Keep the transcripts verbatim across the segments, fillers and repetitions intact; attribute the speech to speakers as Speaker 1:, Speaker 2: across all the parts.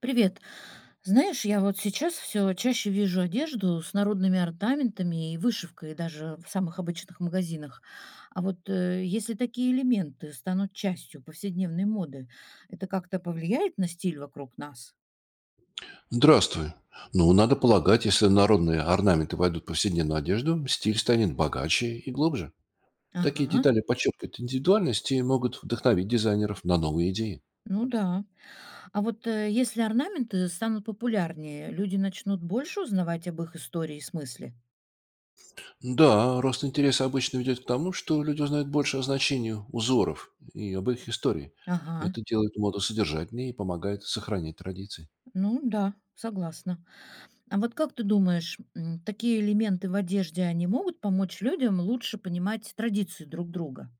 Speaker 1: Привет. Знаешь, я вот сейчас все чаще вижу одежду с народными орнаментами и вышивкой даже в самых обычных магазинах. А вот э, если такие элементы станут частью повседневной моды, это как-то повлияет на стиль вокруг нас?
Speaker 2: Здравствуй. Ну, надо полагать, если народные орнаменты войдут в повседневную одежду, стиль станет богаче и глубже. Такие
Speaker 1: Ага,
Speaker 2: детали подчеркивают индивидуальность и могут вдохновить дизайнеров на новые идеи.
Speaker 1: ну да. А вот э, если орнаменты станут популярнее, люди начнут больше узнавать об их истории и смысле?
Speaker 2: Да, рост интереса обычно ведет к тому, что люди узнают больше о значении узоров и об их истории.
Speaker 1: Ага,
Speaker 2: Это делает моду содержательнее и помогает сохранять традиции.
Speaker 1: ну да, согласна. А вот как ты думаешь, м, такие элементы в одежде, они могут помочь людям лучше понимать традиции друг друга?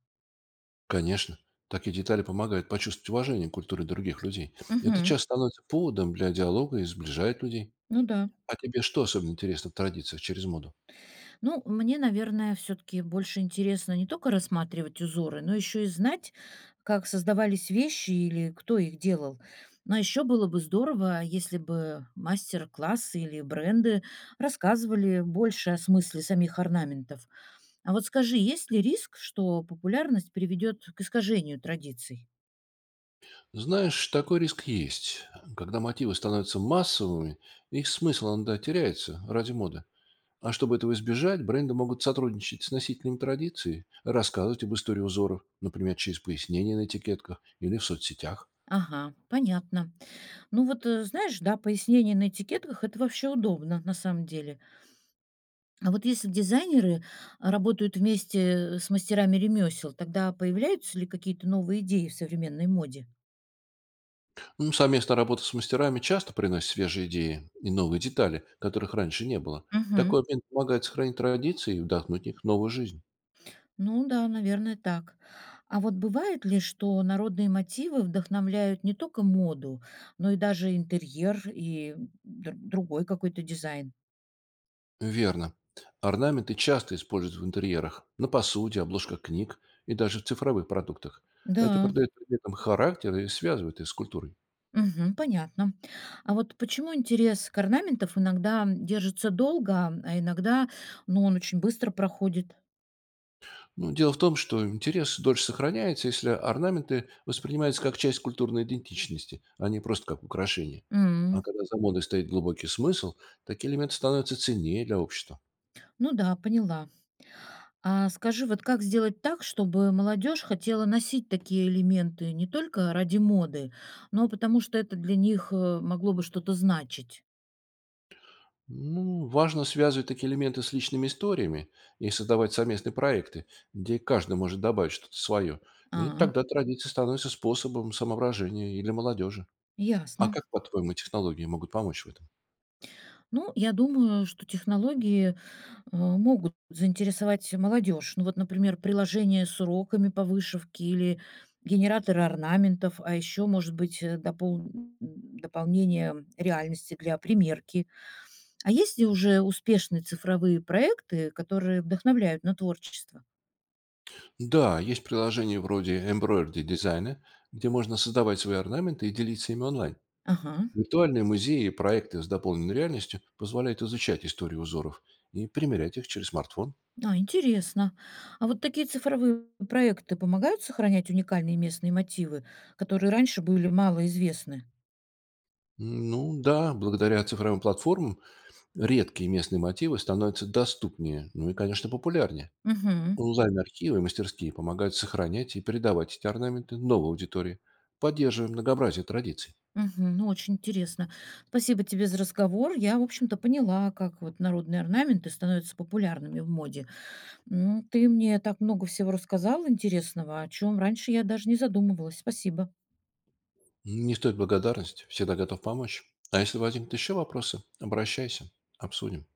Speaker 2: Конечно, такие детали помогают почувствовать уважение к культуре других людей. Это
Speaker 1: Мгм.
Speaker 2: часто становится поводом для диалога и сближает людей.
Speaker 1: Ну да.
Speaker 2: А тебе что особенно интересно в традициях через моду?
Speaker 1: Ну, мне, наверное, все-таки больше интересно не только рассматривать узоры, но еще и знать, как создавались вещи или кто их делал. Но еще было бы здорово, если бы мастер-классы или бренды рассказывали больше о смысле самих орнаментов. А вот скажи, есть ли риск, что популярность приведет к искажению традиций?
Speaker 2: Знаешь, такой риск есть. Когда мотивы становятся массовыми, их смысл иногда теряется ради моды. А чтобы этого избежать, бренды могут сотрудничать с носителями традиции, рассказывать об истории узоров, например, через пояснения на этикетках или в соцсетях.
Speaker 1: Ага, понятно. Ну вот, э, знаешь, да, пояснение на этикетках это вообще удобно на самом деле. А вот если дизайнеры работают вместе с мастерами ремесел, тогда появляются ли какие-то новые идеи в современной моде?
Speaker 2: Ну, совместная работа с мастерами часто приносит свежие идеи и новые детали, которых раньше не было.
Speaker 1: Мгм.
Speaker 2: Такой обмен помогает сохранить традиции и вдохнуть в них новую жизнь.
Speaker 1: Ну да, наверное, так. А вот бывает ли, что народные мотивы вдохновляют не только моду, но и даже интерьер и др- другой какой-то дизайн?
Speaker 2: Верно. Орнаменты часто используют в интерьерах, на посуде, обложках книг и даже в цифровых продуктах. Это
Speaker 1: Да.
Speaker 2: придает предметам характер и связывает их с культурой.
Speaker 1: Мгм. Понятно. А вот почему интерес к орнаментов иногда держится долго, а иногда, ну, он очень быстро проходит?
Speaker 2: Ну, дело в том, что интерес дольше сохраняется, если орнаменты воспринимаются как часть культурной идентичности, а не просто как украшение.
Speaker 1: М.
Speaker 2: А когда за модой стоит глубокий смысл, такие элементы становятся ценнее для общества.
Speaker 1: Ну да, поняла. А скажи, вот как сделать так, чтобы молодежь хотела носить такие элементы не только ради моды, но потому что это для них э, могло бы что-то значить?
Speaker 2: Ну, важно связывать такие элементы с личными историями и создавать совместные проекты, где каждый может добавить что-то свое. И
Speaker 1: А,
Speaker 2: тогда традиции становятся способом самовыражения или молодежи. А
Speaker 1: ясно.
Speaker 2: как, по-твоему, технологии могут помочь в этом?
Speaker 1: Ну, я думаю, что технологии э, могут заинтересовать молодежь. Ну вот, например, приложение с уроками по вышивке или генераторы орнаментов, а еще, может быть, э, допол- м, дополнение реальности для примерки. А есть ли уже успешные цифровые проекты, которые вдохновляют на творчество?
Speaker 2: Да, есть приложения вроде Embroidery дизайна, где можно создавать свои орнаменты и делиться ими онлайн.
Speaker 1: Ага,
Speaker 2: Виртуальные музеи и проекты с дополненной реальностью позволяют изучать историю узоров и примерять их через смартфон.
Speaker 1: а, интересно. А вот такие цифровые проекты помогают сохранять уникальные местные мотивы, которые раньше были малоизвестны?
Speaker 2: Ну да, благодаря цифровым платформам редкие местные мотивы становятся доступнее, ну и, конечно, популярнее.
Speaker 1: Угу.
Speaker 2: Онлайн-архивы и мастерские помогают сохранять и передавать эти орнаменты новой аудитории, поддерживая многообразие традиций.
Speaker 1: Мгм. Ну, очень интересно. Спасибо тебе за разговор. Я, в общем-то, поняла, как вот народные орнаменты становятся популярными в моде. М, Ты мне так много всего рассказал интересного, о чем раньше я даже не задумывалась. Спасибо.
Speaker 2: Не стоит благодарность, всегда готов помочь. А если возникнут еще вопросы, обращайся, обсудим.